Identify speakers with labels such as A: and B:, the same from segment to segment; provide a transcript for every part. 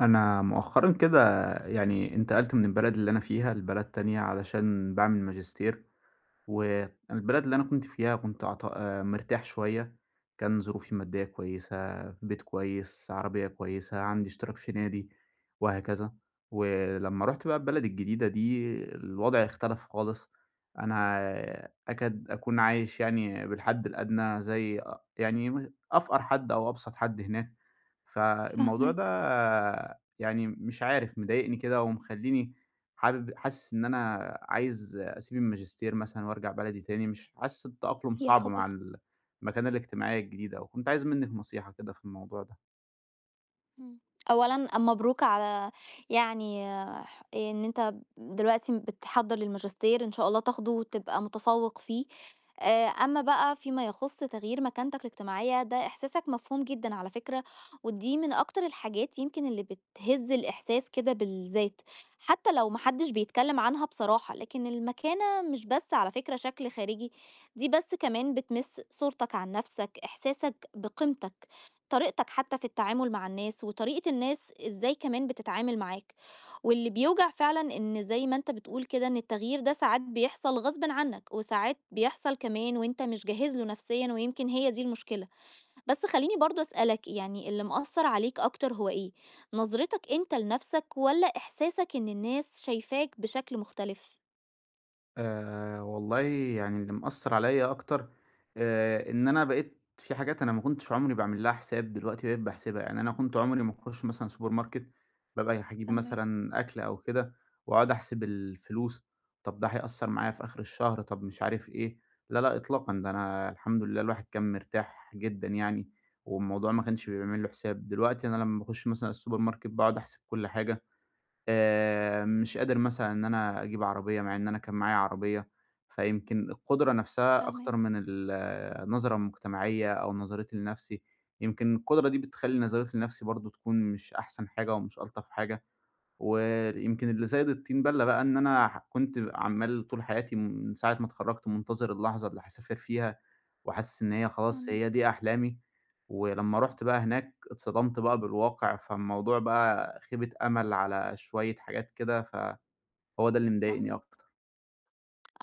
A: أنا مؤخرًا كده يعني انتقلت من البلد اللي أنا فيها لبلد تانية علشان باعمل ماجستير. والبلد اللي أنا كنت فيها كنت عط مرتاح شوية، كان ظروفي المادية كويسة، في بيت كويس، عربية كويسة، عندي اشتراك في نادي وهكذا. ولمّا رُحت بقى البلد الجديدة دي الوضع اختلف خالص. أنا أكاد أكون عايش يعني بالحد الأدنى زي أ يعني م أفقر حد أو أبسط حد هناك. فالموضوع ده
B: فاهماك.
A: يعني مش عارف مضايقني كده ومخلّيني حاسس إن أنا عايز أسيب الماجستير مثلًا وأرجع بلدي تاني، مش حاسس التأقلم
B: يا
A: صعب
B: خبر!
A: مع المكانة الاجتماعية الجديدة أوي. كنت عايز منِّك نصيحة كده في الموضوع ده.
B: إمم. أولًا مبروك على يعني إن أنت دلوقتي بتحضّر للماجستير، إن شاء الله تاخده وتبقى متفوّق فيه. أمّا بقى فيما يخُص تغيير مكانتك الاجتماعية، ده إحساسك مفهوم جدًا على فكرة، ودي من أكتر الحاجات يمكن اللي بتهِز الإحساس كده بالذات، حتّى لو ما حدّش بيتكلّم عنها بصراحة، لكن المكانة مش بس على فكرة شكل خارجي، دي بس كمان بتمِس صورتك عن نَفْسك، إحساسك بقيمتك. طريقتك حتى في التعامل مع الناس، وطريقة الناس إزاي كمان بتتعامل معاك، واللي بيوجع فعلًا إن زي ما أنت بتقول كده إن التغيير ده ساعات بيحصل غصبٍ عنك، وساعات بيحصل كمان وأنت مش جاهز له نفسيًا، ويمكن هي دي المشكلة. بس خلّيني برضه أسألك، يعني اللي مأثّر عليك أكتر هو إيه؟ نظرتك أنت لنفسك والّا إحساسك إن الناس شايفاك بشكل مختلف؟
A: والله يعني اللي مأثّر عليّا أكتر إن أنا بقيت في حاجات أنا ما كنتش عمري باعمل لها حساب، دلوقتي بقيت باحسبها. يعني أنا كنت عمري ما باخُش مثلًا سوبر ماركت، بابقى هاجيب
B: فاهماك،
A: مثلًا أكل أو كده وأقعد أحسب الفلوس، طب ده هيأثّر معايا في آخر الشهر، طب مش عارف إيه. لا، لا إطلاقًا، ده أنا الحمد لله الواحد كان مرتاح جدًا يعني، والموضوع ما كانش بيعمل له حساب. دلوقتي أنا لمّا باخُش مثلًا السوبر ماركت باقعد أحسب كل حاجة. مش قادر مثلًا إن أنا أجيب عربية، مع إن أنا كان معايا عربية. فيمكن القدرة نفسها أكتر
B: فاهماك،
A: من النظرة المجتمعية أو نظرتي لنفسي، يمكن القدرة دي بتخلّي نظرتي لنفسي برضه تكون مش أحسن حاجة ومش ألطف حاجة. ويمكن اللي زايد الطين بَلّة بقى إن أنا كنت عمّال طول حياتي من ساعة ما اتخرّجت منتظر اللحظة اللي هاسافر فيها، وحاسس إن هي خلاص هي
B: فاهماك،
A: دي أحلامي. ولمّا رُحت بقى هناك اتصدمت بقى بالواقع، فالموضوع بقى خيبة أمل على شوية حاجات كده، فهو ده اللي مضايقني
B: فاهماك.
A: أكتر.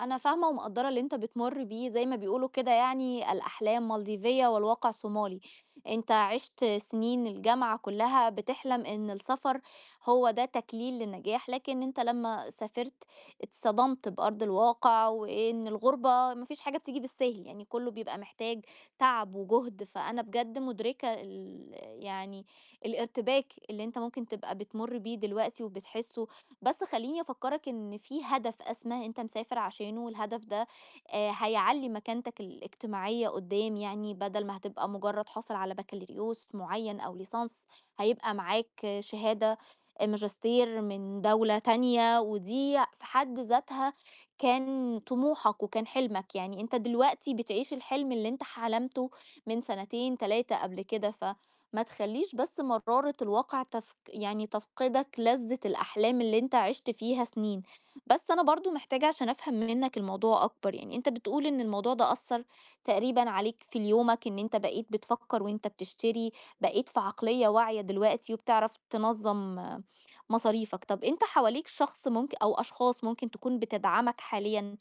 B: أنا فاهمة ومقدّرة اللي أنت بتمُر بيه، زي ما بيقولوا كده، يعني الأحلام مالديفية والواقع صومالي. أنت عِشت سنين الجامعة كلّها بتحلم إن السفر هو ده تكليل للنجاح، لكن أنت لمّا سافرت اتصدمت بأرض الواقع، وإن الغُربة ما فيش حاجة بتيجي بالسهل، يعني كلّه بيبقى محتاج تعب وجهد. فأنا بجد مُدركة يعني الارتباك اللي أنت ممكن تبقى بتمُر بيه دلوقتي وبتحسّه. بس خلّيني أفكّرك إن في هدف أسمى أنت مسافر عشانه، والهدف ده هيعلّي مكانتك الاجتماعية قدّام يعني، بدل ما هتبقى مجرّد حاصل على بكالوريوس معيّن أو ليسانس، هيبقى معاك آه، شهادة آه، ماجستير من دولة تانية، ودي في حد ذاتها كان طموحك وكان حلمك. يعني أنت دلوقتي بتعيش الحلم اللي أنت حلمته من سنتين، 3 قبل كده، ما تخلّيش بس مرارة الواقع يعني تفقدك لذة الأحلام اللي أنت عِشت فيها سنين. بس أنا برضه محتاجة عشان أفهم منّك الموضوع أكتر، يعني أنت بتقول إن الموضوع ده أثّر تقريبًا عليك في يومك، إن أنت بقيت بتفكّر وأنت بتشتري، بقيت في عقلية واعية دلوقتي وبتعرف تنظّم آه، مصاريفك. طَب أنت حواليك شخص ممك أو أشخاص ممكن تكون بتدعمك حاليًا،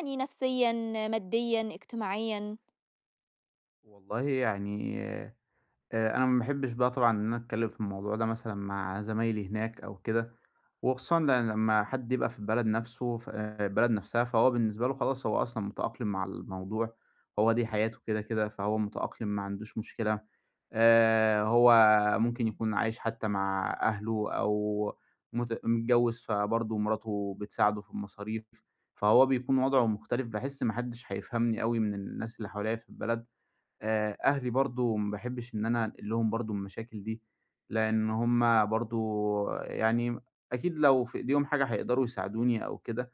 B: يعني نفسيًا، ماديًا، اجتماعيًا؟
A: والله يعني، أنا ما باحبش بقى طبعًا إن أنا أتكلّم في الموضوع ده مثلًا مع زمايلي هناك أو كده، وخصوصًا لمّا حد يبقى في البلد نَفْسه ف آه، البلد نَفْسها، فهو بالنسبة له خلاص هو أصلًا متأقلم مع الموضوع، هو دي حياته كده، كده، فهو متأقلم ما عندوش مشكلة. هو ممكن يكون عايش حتى مع أهله أو متجوّز فبرضه مراته بتساعده في المصاريف، فهو بيكون وضعه مختلف، باحس ما حدّش هيفهمني أوي من الناس اللي حواليّا في البلد. أهلي برضه ما باحبّش إن أنا أنقل لهم برضه المشاكل دي، لإن هُم برضه يعني أكيد لو في إيديهم حاجة هيقدروا يساعدوني أو كده،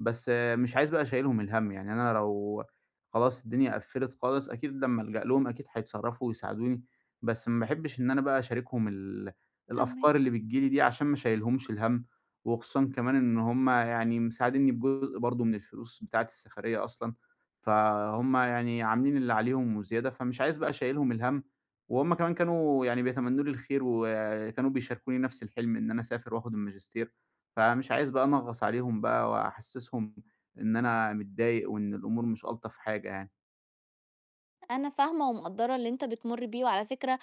A: بس مش عايز بقى شايلهم الهَم. يعني أنا لو خلاص الدنيا قفّلت خالص أكيد لمّا ألجأ لهم أكيد هيتصرّفوا ويساعدوني، بس ما باحبّش إن أنا بقى أشاركهم الأفكار
B: فاهماك.
A: اللي بتيجي لي دي عشان ما اشيلهمش الهَم، وخصوصًا كمان إن هُم يعني مساعدينّي بجزء برضه من الفلوس بتاعة السفرية أصلًا، فهُم يعني عاملين اللي عليهم وزيادة، فمش عايز بقى اشيلهم الهَم. وهُم كمان كانوا يعني بيتمنّوا لي الخير وكانوا بيشاركوني نَفْس الحلم إن أنا أسافر وآخُد الماجستير، فمش عايز بقى أنغّص عليهم بقى وأحسّسهم إن أنا متضايق وإن الأمور مش ألطف حاجة يعني.
B: أنا فاهمة ومقدّرة اللي أنت بتمُر بيه، وعلى فكرة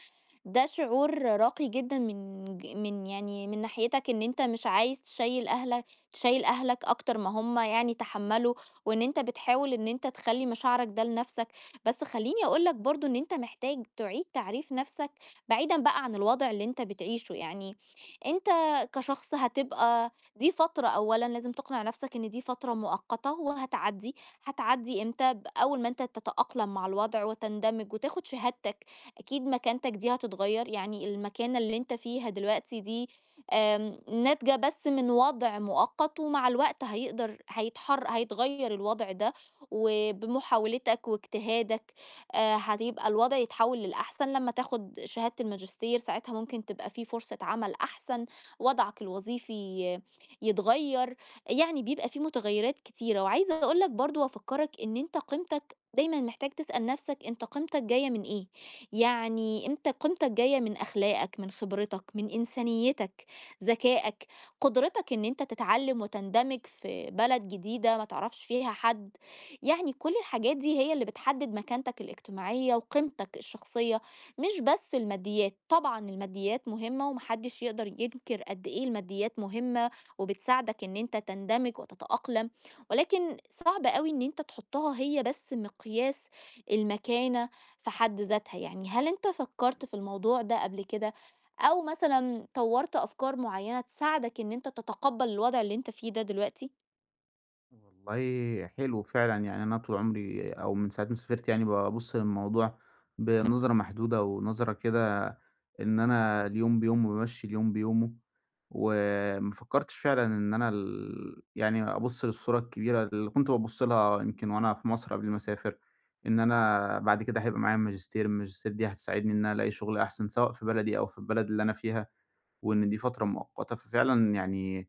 B: ده شعور راقي جدًا من ج من يعني من ناحيتك، إن أنت مش عايز تشيّل أهلك أكتر ما هم يعني تحمّلوا، وإن أنت بتحاول إن أنت تخلّي مشاعرك ده لنَفْسك. بس خلّيني أقول لك برضه إن أنت محتاج تعيد تعريف نَفْسك بعيدًا بقى عن الوضع اللي أنت بتعيشه، يعني أنت كشخص هتبقى دي فترة، أولًا لازم تقنع نَفْسك إن دي فترة مؤقتة وهتعدّي. هتعدّي إمتى؟ أول ما أنت تتأقلم مع الوضع وتندمج وتاخد شهادتك، أكيد مكانتك دي هتتغيّر. يعني المكانة اللي أنت فيها دلوقتي دي ناتجة بس من وضع مؤقت، ومع الوقت هيقدر هيتحر هيتغيّر الوضع ده، وبمحاولتك واجتهادك هتبقى الوضع يتحوّل للأحسن لمّا تاخد شهادة الماجستير، ساعتها ممكن تبقى في فرصة عمل أحسن، وضعك الوظيفي آه، يتغيّر، يعني بيبقى في متغيرات كتيرة. وعايزة أقول لك برضه وأفكّرك إن أنت قيمتك دايمًا محتاج تسأل نفسك أنت قيمتك جاية من إيه. يعني أنت قيمتك جاية من أخلاقك، من خبرتك، من إنسانيتك، ذكائك، قدرتك إن أنت تتعلم وتندمج في بلد جديدة ما تعرفش فيها حد، يعني كل الحاجات دي هي اللي بتحدد مكانتك الاجتماعية وقيمتك الشخصية، مش بس الماديات. طبعًا الماديات مهمة، وما حدش يقدر ينكر قد إيه الماديات مهمة وبتساعدك إن أنت تندمج وتتأقلم، ولكن صعب قوي إن أنت تحطها هي بس مقياس المكانة في حد ذاتها. يعني هل أنت فكرت في الموضوع ده قبل كده، أو مثلا طورت أفكار معينة تساعدك إن أنت تتقبل الوضع اللي أنت فيه ده دلوقتي؟
A: والله حلو فعلًا، يعني أنا طول عمري أو من ساعة ما سافرت يعني بابُص للموضوع بنظرة محدودة ونظرة كده، إن أنا اليوم بيومه، بامشّي اليوم بيومه، وما فكّرتش فعلًا إن أنا ال يعني أبُص للصورة الكبيرة اللي كنت بابُص لها يمكن وأنا في مصر قبل ما أسافر. إن أنا بعد كده هيبقى معايا ماجستير، الماجستير دي هتساعدني إن أنا ألاقي شغل أحسن سواء في بلدي أو في البلد اللي أنا فيها، وإن دي فترة مؤقتة. ففعلًا يعني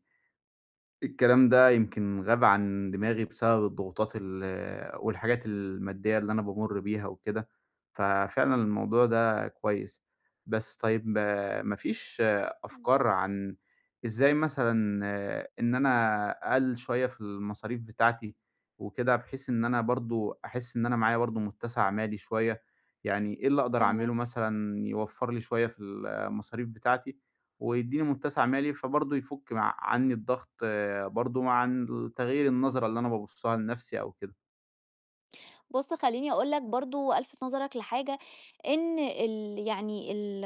A: الكلام ده يمكن غاب عن دماغي بسبب الضغوطات ال والحاجات المادية اللي أنا بامُر بيها وكده، ففعلًا الموضوع ده كويس. بس طيب، ما فيش
B: مم.
A: أفكار عن إزاي مثلًا إن أنا أقلِّل شوية في المصاريف بتاعتي وكده، بحيث إن أنا برضه أحس إن أنا معايا برضه متّسع مالي شوية، يعني إيه اللي أقدر أعمله
B: فاهمك.
A: مثلًا يوفّر لي شوية في المصاريف بتاعتي ويدّيني متّسع مالي، فبرضه يفُك مع عني الضغط برضه عن تغيير النظرة اللي أنا بابُصّ لها لنَفْسي أو كده.
B: بُص، خلّيني أقول لك برضه ألفِت نظرك لحاجة، إن ال يعني ال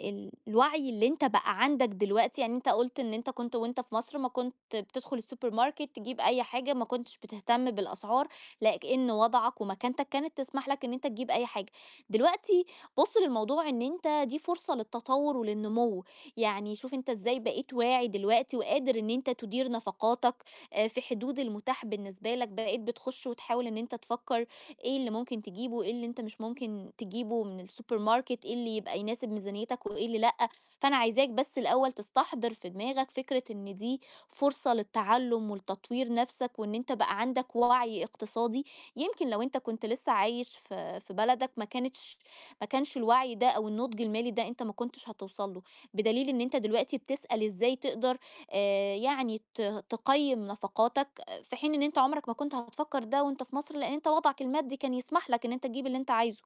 B: ال الوعي اللي أنت بقى عندك دلوقتي، يعني أنت قُلت إن أنت كنت وأنت في مصر ما كنت بتدخل السوبر ماركت تجيب أي حاجة، ما كنتش بتهتم بالأسعار، لإن وضعك ومكانتك كانت تسمح لك إن أنت تجيب أي حاجة. دلوقتي بُص للموضوع إن أنت دي فرصة للتطوّر وللنمو، يعني شوف أنت إزاي بقيت واعي دلوقتي وقادر إن أنت تدير نفقاتك في حدود المتاح بالنسبة لك، بقيت بتخش وتحاول إن أنت تفكّر إيه اللي ممكن تجيبه، إيه اللي أنت مش ممكن تجيبه من السوبر ماركت، إيه اللي يبقى يناسب ميزانيتك وإيه اللي لأ. فأنا عايزاك بس الأول تستحضر في دماغك فكرة إن دي فرصة للتعلُّم ولتطوير نَفْسك، وإن أنت بقى عندك وَعي اقتصادي. يمكن لو أنت كنت لسه عايش في بلدك، ما كانش الوَعي ده أو النُضج المالي ده أنت ما كنتش هتوصل له، بدليل إن أنت دلوقتي بتسأل إزاي تقدر يعني تقيّم نفقاتك، في حين إن أنت عمرك ما كنت هتفكر ده وأنت في مصر، لإن أنت وضعك المادي كان يسمح لك إن أنت تجيب اللي أنت عايزه.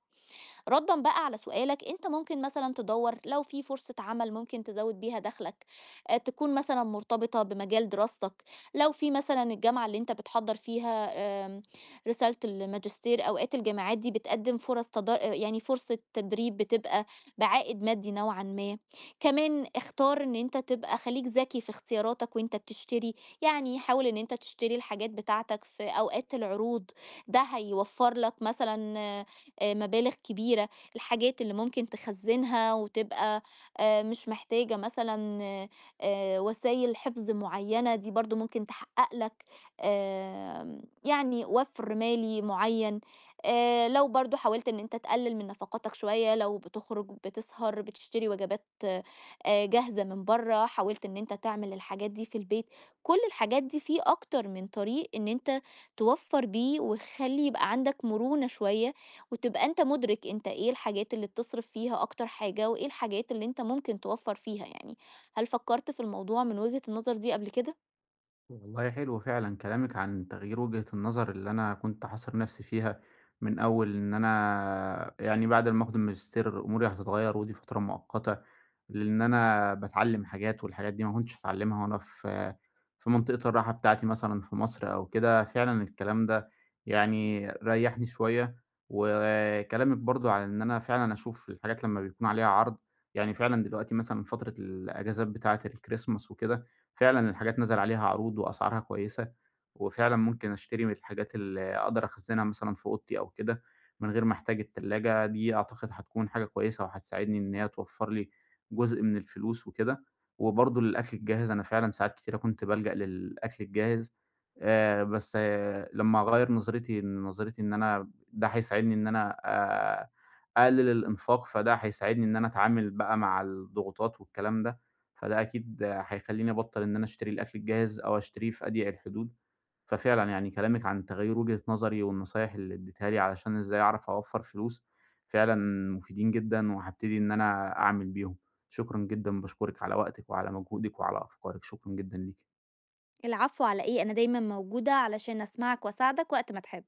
B: رَدًا بقى على سؤالك، أنت ممكن مثلًا تدوّر لو في فرصة عمل ممكن تزوّد بيها دخلك، تكون مثلًا مرتبطة بمجال دراستك. لو في مثلًا الجامعة اللي أنت بتحضّر فيها آمم رسالة الماجستير، أوقات الجامعات دي بتقدّم فرص تد يعني فرصة تدريب بتبقى بعائد مادي نوعًا ما. كمان اختار إن أنت تبقى خليك ذكي في اختياراتك وأنت بتشتري، يعني حاول إن أنت تشتري الحاجات بتاعتك في أوقات العروض، ده هيوفّر لك مثلًا آه، مبالغ كبيرة. الحاجات اللي ممكن تخزنها وتبقى آه، مش محتاجة مثلا آه، وسائل حفظ معينة، دي برضو ممكن تحقق لك آه، يعني وفر مالي معين آه. لو برضو حاولت ان انت تقلل من نفقاتك شوية، لو بتخرج بتسهر بتشتري وجبات آه، جاهزة من بره، حاولت ان انت تعمل الحاجات دي في البيت. كل الحاجات دي في اكتر من طريق ان انت توفر بيه وتخلي يبقى عندك مرونة شوية، وتبقى أنت مُدرِك أنت إيه الحاجات اللي بتصرف فيها أكتر حاجة، وإيه الحاجات اللي أنت ممكن توفّر فيها يعني. هل فكّرت في الموضوع من وجهة النظر دي قبل كده؟
A: والله حلو فعلًا كلامِك عن تغيير وجهة النظر اللي أنا كنت حاصر نفسي فيها، من أول إن أنا يعني بعد ما آخد الماجستير أموري هتتغير ودي فترة مؤقتة، لإن أنا باتعلم حاجات والحاجات دي ما كنتش هاتعلمها وأنا في منطقة الراحة بتاعتي مثلًا في مصر أو كده، فعلًا الكلام ده يعني ريحني شوية. وكلامِك برضه على إن أنا فعلًا أشوف الحاجات لما بيكون عليها عرض، يعني فعلًا دلوقتي مثلًا فترة الأجازات بتاعة الChristmas وكده فعلًا الحاجات نزل عليها عروض وأسعارها كويسة، وفعلًا ممكن أشتري من الحاجات اللي أقدر أخزنها مثلًا في أوضتي أو كده، من غير ما أحتاج التلاجة، دي أعتقد هتكون حاجة كويسة وهتساعدني إن هي توفّر لي جزء من الفلوس وكده. وبرضه للأكل الجاهز أنا فعلًا ساعات كتيرة كنت بالجأ للأكل الجاهز، بس لمّا أغيّر نظرتي إن أنا ده هيساعدني إن أنا أقلل الإنفاق، فده هيساعدني إن أنا أتعامل بقى مع الضغوطات والكلام ده. فده أكيد هيخلّيني أبطّل إن أنا أشتري الأكل الجاهز أو أشتريه في أضيق الحدود، ففعلًا يعني كلامِك عن تغيير وجهة نظري والنصايح اللي ادّيتيها لي علشان إزاي أعرف أوفّر فلوس، فعلًا مفيدين جدًا وهابتدي إن أنا أعمل بيهم. شكرًا جدًا، باشكرِك على وقتِك وعلى مجهودِك وعلى أفكارِك، شكرًا جدًا ليكِ.
B: العفو على إيه، أنا دايمًا موجودة علشان أسمعك وأساعدك وقت ما تحب.